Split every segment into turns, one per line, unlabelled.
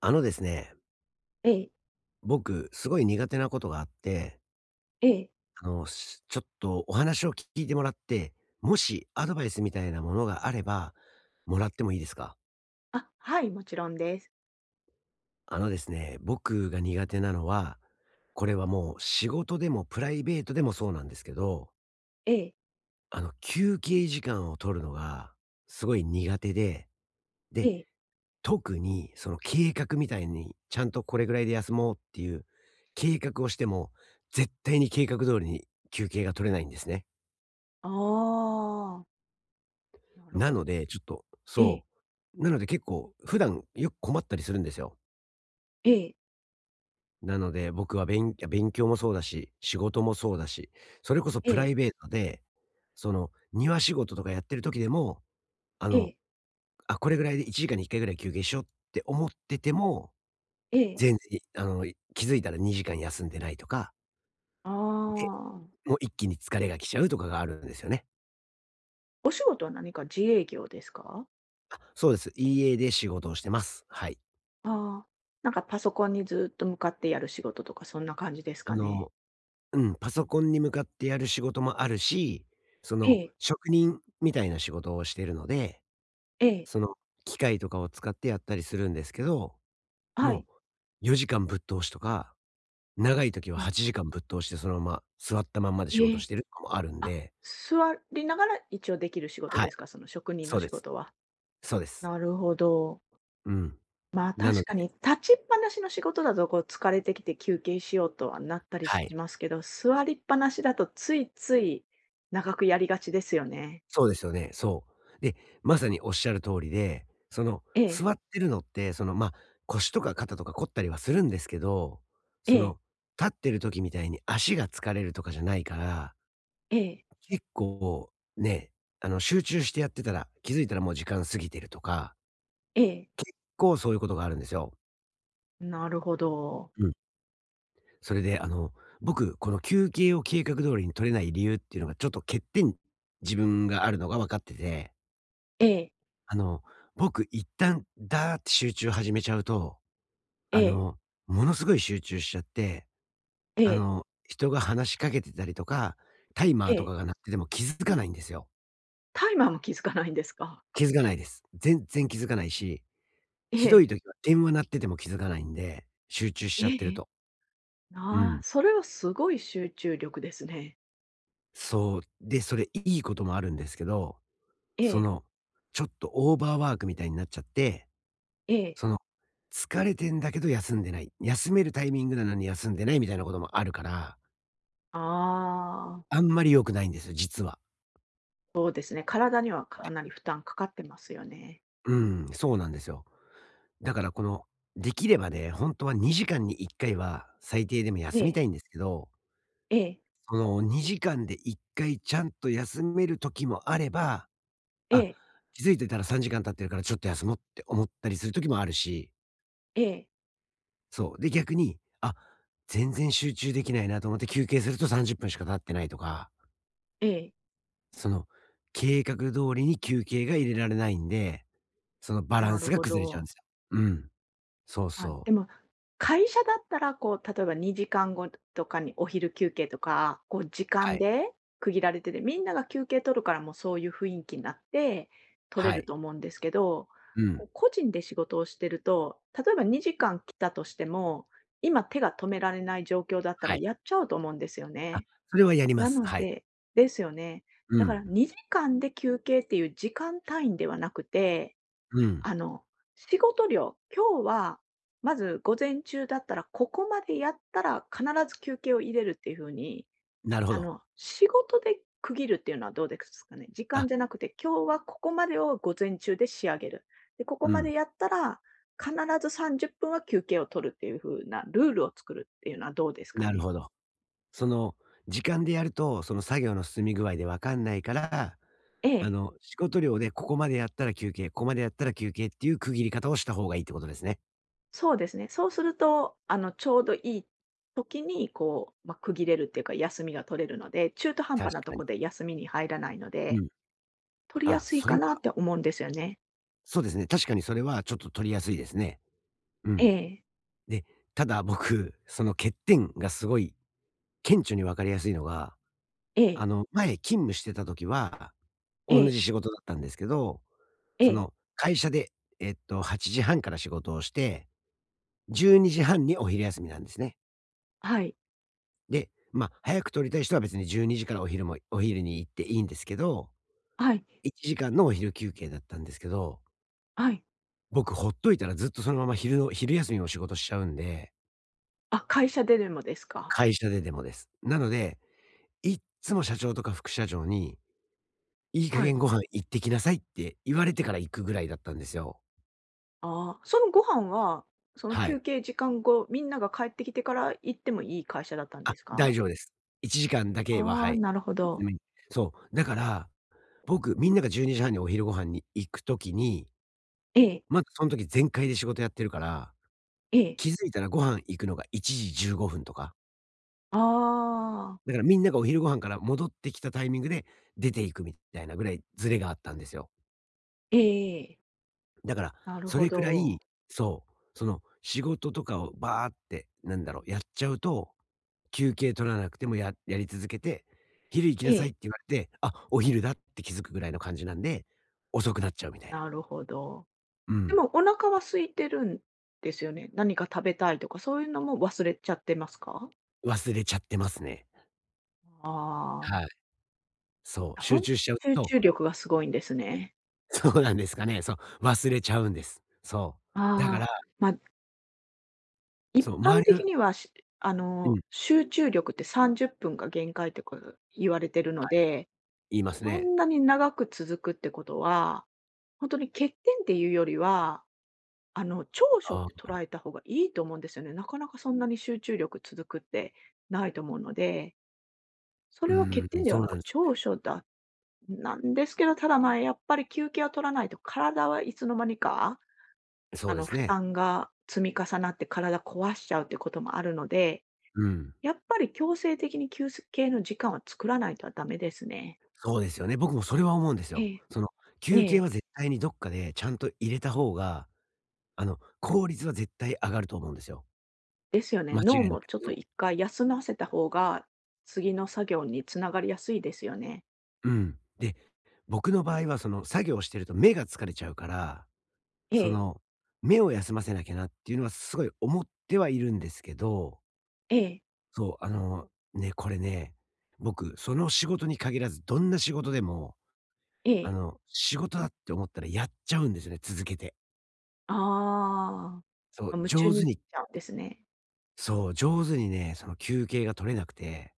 ですね、
ええ、
僕、すごい苦手なことがあって、
ええ。
ちょっとお話を聞いてもらって、もしアドバイスみたいなものがあれば、もらってもいいですか？
あ、はい、もちろんです。
ですね、僕が苦手なのは、これはもう仕事でもプライベートでもそうなんですけど、
ええ、
休憩時間を取るのがすごい苦手で、
え
で、
え。
特にその計画みたいに、ちゃんとこれぐらいで休もうっていう計画をしても、絶対に計画通りに休憩が取れないんですね。
ああ、なる
な
ほど。
ので、ちょっと
ええ、
そう。なので結構普段よく困ったりするんですよ。
ええ、
なので、僕は勉強もそうだし、仕事もそうだし、それこそ
え
プラ
え、
イベートで、その庭仕事とかやってる時でも、あ
え
の、
え、
あ、これぐらいで1時間に1回ぐらい休憩しようって思ってても、
ええ。
全然、気づいたら2時間休んでないとか、
あ
で、
あ。
もう一気に疲れが来ちゃうとかがあるんですよね。
お仕事は何か自営業ですか？
あ、そうです。EA で仕事をしてます。はい。
ああ、なんかパソコンにずっと向かってやる仕事とかそんな感じです
あ
かね？
の、うん、パソコンに向かってやる仕事もあるし、そ
え
の、
え、
職人みたいな仕事をしてるので、
ええ、
その、機械とかを使ってやったりするんですけど、
は
も
い。
う4時間ぶっ通しとか、長い時は
うん、
8時間ぶっ通してそのまま座ったまんまで仕
え
事し
え。
てるとかもあるん
あ、
で、
座りながら一応できる仕事
はい、
ですか？その職人
そ
の
うで
仕
す。
事は。
そうです。
なるほど。
うん。
まあ、
なの
確か
で、
に立ちっぱなしの仕事だと、こう疲れてきて休憩しようとはなったり
は
し
い。
ますけど、座りっぱなしだとついつい長くやりがちですよね。
そうですよね、そう。で、まさにおっしゃる通りで、その、
ええ、
座ってるのって、腰とか肩とか凝ったりはするんですけど、
え
そ
え、
の、立ってる時みたいに足が疲れるとかじゃないから、
ええ、
結構ね、集中してやってたら、気づいたらもう時間過ぎてるとか、
ええ、
結構そういうことがあるんですよ。
なるほど。
うん。それで、僕、この休憩を計画通りに取れない理由っていうのがちょっと欠点自分があるのが分かってて、
ええ、
あの、僕一旦ダーって集中始めちゃうと、
え
あ
え、
の、ものすごい集中しちゃって、
ええ、
人が話しかけてたりとか、タイマ
え
ーとか
え、
が鳴ってても気づかないんですよ。
タイマーも気づかないんですか？
気づかないです。全然気づかないし、
え
ひど
え、
い時は電話鳴ってても気づかないんで、集中しちゃ
え
ってる
え、
と。う
ああ、
ん。
それはすごい集中力ですね。
そう。で、それいいこともあるんですけど、
え
そ
え、
の、ちょっとオーバーワークみたいになっちゃって、
ええ、
その、疲れてんだけど休んでない。休めるタイミングなのに休んでないみたいなこともあるから、
ああ、
あんまり良くないんですよ、実は。
そうですね、体にはかなり負担かかってますよね。
うん、そうなんですよ。だからこの、できればね、本当は2時間に1回は最低でも
え
休み
え、
たいんですけど、
ええ、
その2時間で1回ちゃんと休める時もあれば、
え
あ、
え。
気づいてたら3時間経ってるからちょっと休もうって思ったりする時もあるし、
ええ、
そう。で、逆に、あ、全然集中できないなと思って休憩すると30分しか経ってないとか、
ええ、
その、計画通りに休憩が入れられないんで、そのバラ
な
ン
る
スが
ほ
崩れちゃうん
ど。
ですよ。うん。そう
あ、
そ
で
う。
も、会社だったら、こう、例えば2時間後とかにお昼休憩とか、こう時
は
間
い。
で区切られてて、みんなが休憩取るから、もうそういう雰囲気になって、取れ
は
る
い。
と思うんですけど、
う
こ
ん。
う個人で仕事をしてると、例えば2時間来たとしても、今手が止められない状況だったら
はい。
やっちゃうと思うんですよ
あ、
ね。
それはやりま
な
す。
の
はい。
でですよね。
う
だから
ん。
2時間で休憩っていう時間単位ではなくて
うん。
あの、仕事量、今日は、まず午前中だったら、ここまでやったら必ず休憩を入れるっていう風に、
なるほど。
仕事で区切るっていうのはどうですかね。時間
あ、
じゃなくて、今日はここまでを午前中で仕上げる。で、ここ
う
ま
ん。
でやったら、必ず30分は休憩を取るっていう風なルールを作るっていうのはどうですか
なる
ね。
ほど。その、時間でやると、その作業の進み具合でわかんないから、
ええ。
仕事量でここまでやったら休憩、ここまでやったら休憩っていう区切り方をした方がいいってことですね。
そうですね。そうすると、ちょうどいい時に、こう、まあ、区切れるっていうか、休みが取れるので、中途半
確
端なと
かに。
こで休みに入らないの
う
で、
ん。
取りや
あ、
すい
それ
か
は、
なって思うんですよね。
そうですね。確かにそれはちょっと取りやすいですね。う
え
ん。
え、
で、ただ僕、その欠点がすごい顕著に分かりやすいのが、
ええ、
前勤務してた時は、
え
おんな
え、
じ仕事だったんですけど、
え
そ
え、
の、会社で、8時半から仕事をして、12時半にじはんにお昼休みなんですね。
はい、
で、まあ、早く取りたい人は別に12時からお昼もお昼に行っていいんですけど、
はい、
1時間のお昼休憩だったんですけど、
はい。
僕ほっといたらずっとそのまま昼の昼休みも仕事しちゃうんで、
あ、会社ででもですか？
会社ででもです。なので、いっつも社長とか副社長にいい加
はい。
減ご飯行ってきなさいって言われてから行くぐらいだったんですよ。
ああ、そのご飯は、その
は
休
い。
憩時間後、みんなが帰ってきてから行ってもいい会社だったん
あ、
ですか？
大丈夫です。1時間だけは、
あ
は
あ、
い。
なるほど。
うん。そう、だから、僕、みんなが12時半にじはんにお昼ご飯に行くときに、
ええ、
まだその時全開で仕事やってるから、
ええ。
気づいたらご飯行くのが1時15分とか、
ああ、
だからみんながお昼ご飯から戻ってきたタイミングで出ていくみたいなぐらいズレがあったんですよ。
ええ、ええ、ああ、ええ。
だから、
なる
そ
ほ
れくら
ど。
い、そう、その仕事とかをバーって、なんだろう、やっちゃうと休憩取らなくてもややり続けて、「昼行き
え
なさい」
え、
って言われて、「あ、お昼だ」って気づくぐらいの感じなんで、遅くなっちゃうみたいな。
なるほど。
う
で
ん。
もお腹は空いてるんですよね。何か食べたいとか、そういうのも忘れちゃってますか？
忘れちゃってますね。
あ
はい。そ
あ、
う、集中しちゃう
集
と
中力がすごいんですね。
そうなんですかね。そう、忘れちゃうんです。そう。だ
あ
か
あ、
ら、
まあ、一
そう、
般
周り
的
の、
には、しあ
う
の、
ん、
集中力って30分が限界ってこと言われてるの
はい、
で、
言います
そ
ね。
んなに長く続くってことは、本当に欠点っていうよりは長所っ
あ
て
あ、
捉えた方がいいと思うんですよね。なかなかそんなに集中力続くってないと思うので、そ
う
れは欠
ー
点
ん、
で
そ
は
う
な
なん
く
ですか
長
ね。
所だなんですけど、ただ、まあ、やっぱり休憩を取らないと体はいつの間にか、
そうです
負
ね。
担が積み重なって体壊しちゃうってこともあるので、
うん。
やっぱり強制的に休憩の時間を作らないとはダメですね。
そうですよね。僕もそれは思うんですよ。
ええ。
その、
え
休憩
え。
は絶対にどっかでちゃんと入れた方が、効率は絶対上がると思うんですよ。
ですよね。
間違い
脳
なく、
もちょっ
そ
と一回休ませた方が、次の作業につながりやすいですよね。
う。うん。で、僕の場合はその作業してると目が疲れちゃうから、
え
そ
え。
の、目を休ませなきゃなっていうのはすごい思ってはいるんですけど、
ええ、
そう、これね、僕、その仕事に限らずどんな仕事でも、
ええ。
仕事だって思ったらやっちゃうんですよね、続けて。
あ
そ
あ。ま、
う、
夢中
上
になっ
手に、
ちゃうんですね。
そう、上手にね、その休憩が取れなくて、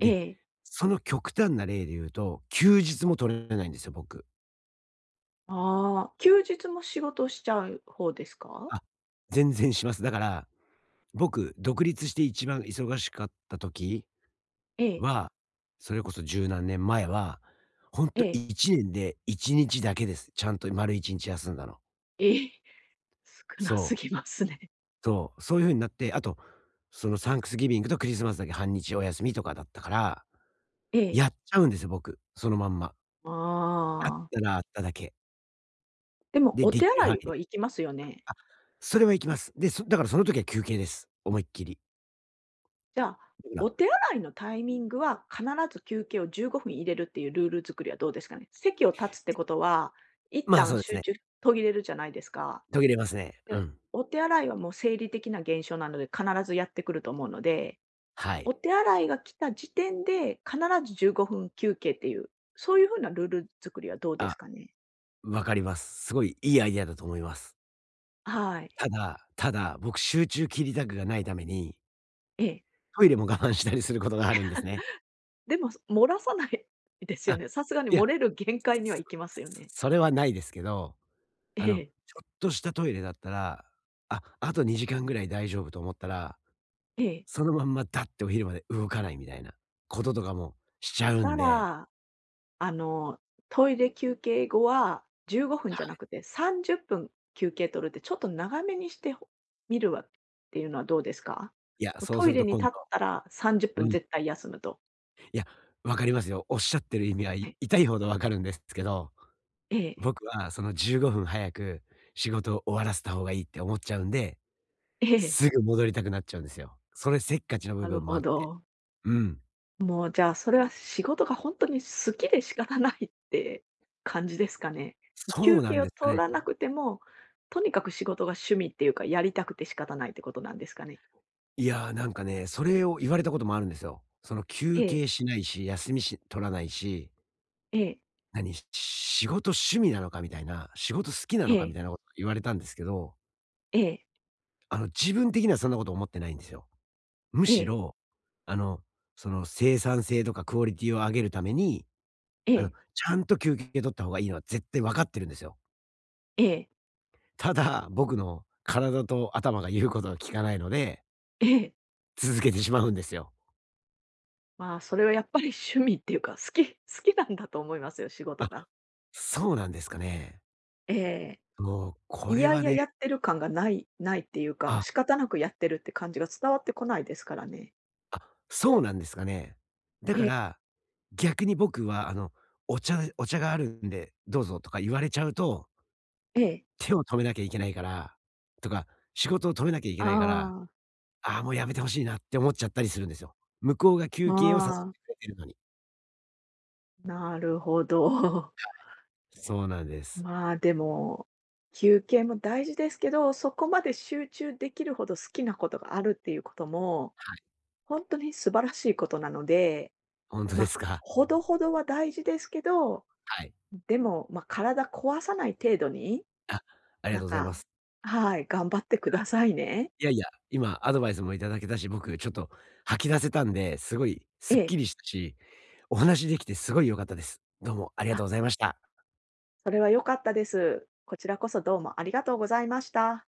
え
で、
え。
その極端な例で言うと、休日も取れないんですよ、僕。
ああ、休日も仕事しちゃう方ですか？
あ、全然します。だから僕、独立して一番忙しかった時
ええ、
は、それこそ十何年前は、ほん
え
と
え、
1年で一日だけです。ちゃんと丸一日休んだの。
ええ、少なす
そう、
ぎますね。
そう、そういう風になって、あと、そのサンクスギビングとクリスマスだけ半日お休みとかだったから、
ええ、
やっちゃうんですよ、僕、そのまんま。あっ
ああ。
たらあっただけ。
でも
で、
お
で
手
きる
洗
範
い
囲
は
で。
行きますよね？
あ、それは行きます。で、そだからその時は休憩です。思いっきり。
じゃあ、
だから、
お手洗いのタイミングは必ず休憩を15分入れるっていうルール作りはどうですかね？席を立つってことは、一
まあ、
旦
そうです
集
ね。
中途切れるじゃないですか。
途切れますね。
で、
うん。
お手洗いはもう生理的な現象なので、必ずやってくると思うので、
はい。
お手洗いが来た時点で、必ず15分休憩っていう、そういう風なルール作りはどうです
あ、
かね？
わかります。すごいいいアイデアだと思います。
はい。
ただ、ただ、僕集中切りたくがないために、
ええ。
トイレも我慢したりすることがあるんですね。
でも、漏らさないですよ
あ、
ね。さすがに
いや、
漏れる限界には行きますよね。
それはないですけど、あ
え
の、ちょ
え、
っとしたトイレだったら、あ、あと2時間ぐらい大丈夫と思ったら、
ええ。
そのまんまだってお昼まで動かないみたいなこととかもしちゃうん
た
で、
らあの、トイレ休憩後は15分じゃなくて30分休憩取るって、ちょっと長めにしてほみるわっていうのはどうですか？
いや、そう
ト
す
イ
る
レ
と
に
今
立
度、
ったら30
う
分
ん、い
絶対休むと。
や、わかりますよ。おっしゃってる意味は
はい。
痛いほどわかるんですけど、
ええ、
僕はその15分早く仕事を終わらせた方がいいって思っちゃうんで、
ええ。
すぐ戻りたくなっちゃうんですよ。それせっかちな部
なる
分もあ
ほ
って。
ど。
うん。
もうじゃあ、それは仕事がほんとに好きで仕方ないって感じですかね？
そ
休
うな
憩
ん
を
ですか
取
ね。
らなくても、とにかく仕事が趣味っていうか、やりたくて仕方ないってことなんですかね？
いや、なんかね、それを言われたこともあるんですよ。その
え
休
え、
憩しないし、休みし取らないし、
ええ、
何、仕事趣味なのかみたいな、仕事好きな
え
のかみ
え、
たいなこと言われたんですけど、
ええ、
自分的にはそんなこと思ってないんですよ。む
え
し
え、
ろ、あの、その生産性とかクオリティを上げるために、
ええ。
ちゃんと休憩取った方がいいのは絶対分かってるんですよ。
ええ、
ただ、僕の体と頭が言うことを聞かないので、
ええ。
続けてしまうんですよ。
まあ、それはやっぱり趣味っていうか、好きなんだと思いますよ、仕事
あ、
が。
そうなんですかね。
ええ。
そう、こ
い
れ
や
は
いやや
ね、
ってる感がないないっていうか、もう
あ、
仕方なくやってるって感じが伝わってこないですからね。
あ、そうなんですかね。だ
え
か
え、
ら、逆に僕はお茶があるんでどうぞとか言われちゃうと、
ええ。
手を止めなきゃいけないから、とか、仕事を止めなきゃいけ
あ
ないから、
あ、
ああ、もうやめてほしいなって思っちゃったりするんですよ。向こうが休憩を誘って
ああ、
くれてるのに。
なるほど。
そうなんで す。
まあ、でも、休憩も大事ですけど、そこまで集中できるほど好きなことがあるっていうことも、
はい、
本当に素晴らしいことなので、
ほんと
ま、
で
あ
すか。
ほ どほどは大事ですけど、
はい。
でも、まあ、体壊さない程度に、
あ、ありが
なん
とうございま
か
す。
はい、頑張ってく
は
だ
い。
さいね。
いやいや、今アドバイスもいただけたし、僕ちょっと吐き出せたんで、すごい
え
すっき
え。
りしたし、お話しできてすごい良かったです。どうもありがと
あ、
うございました。
それは良かったです。こちらこそどうもありがとうございました。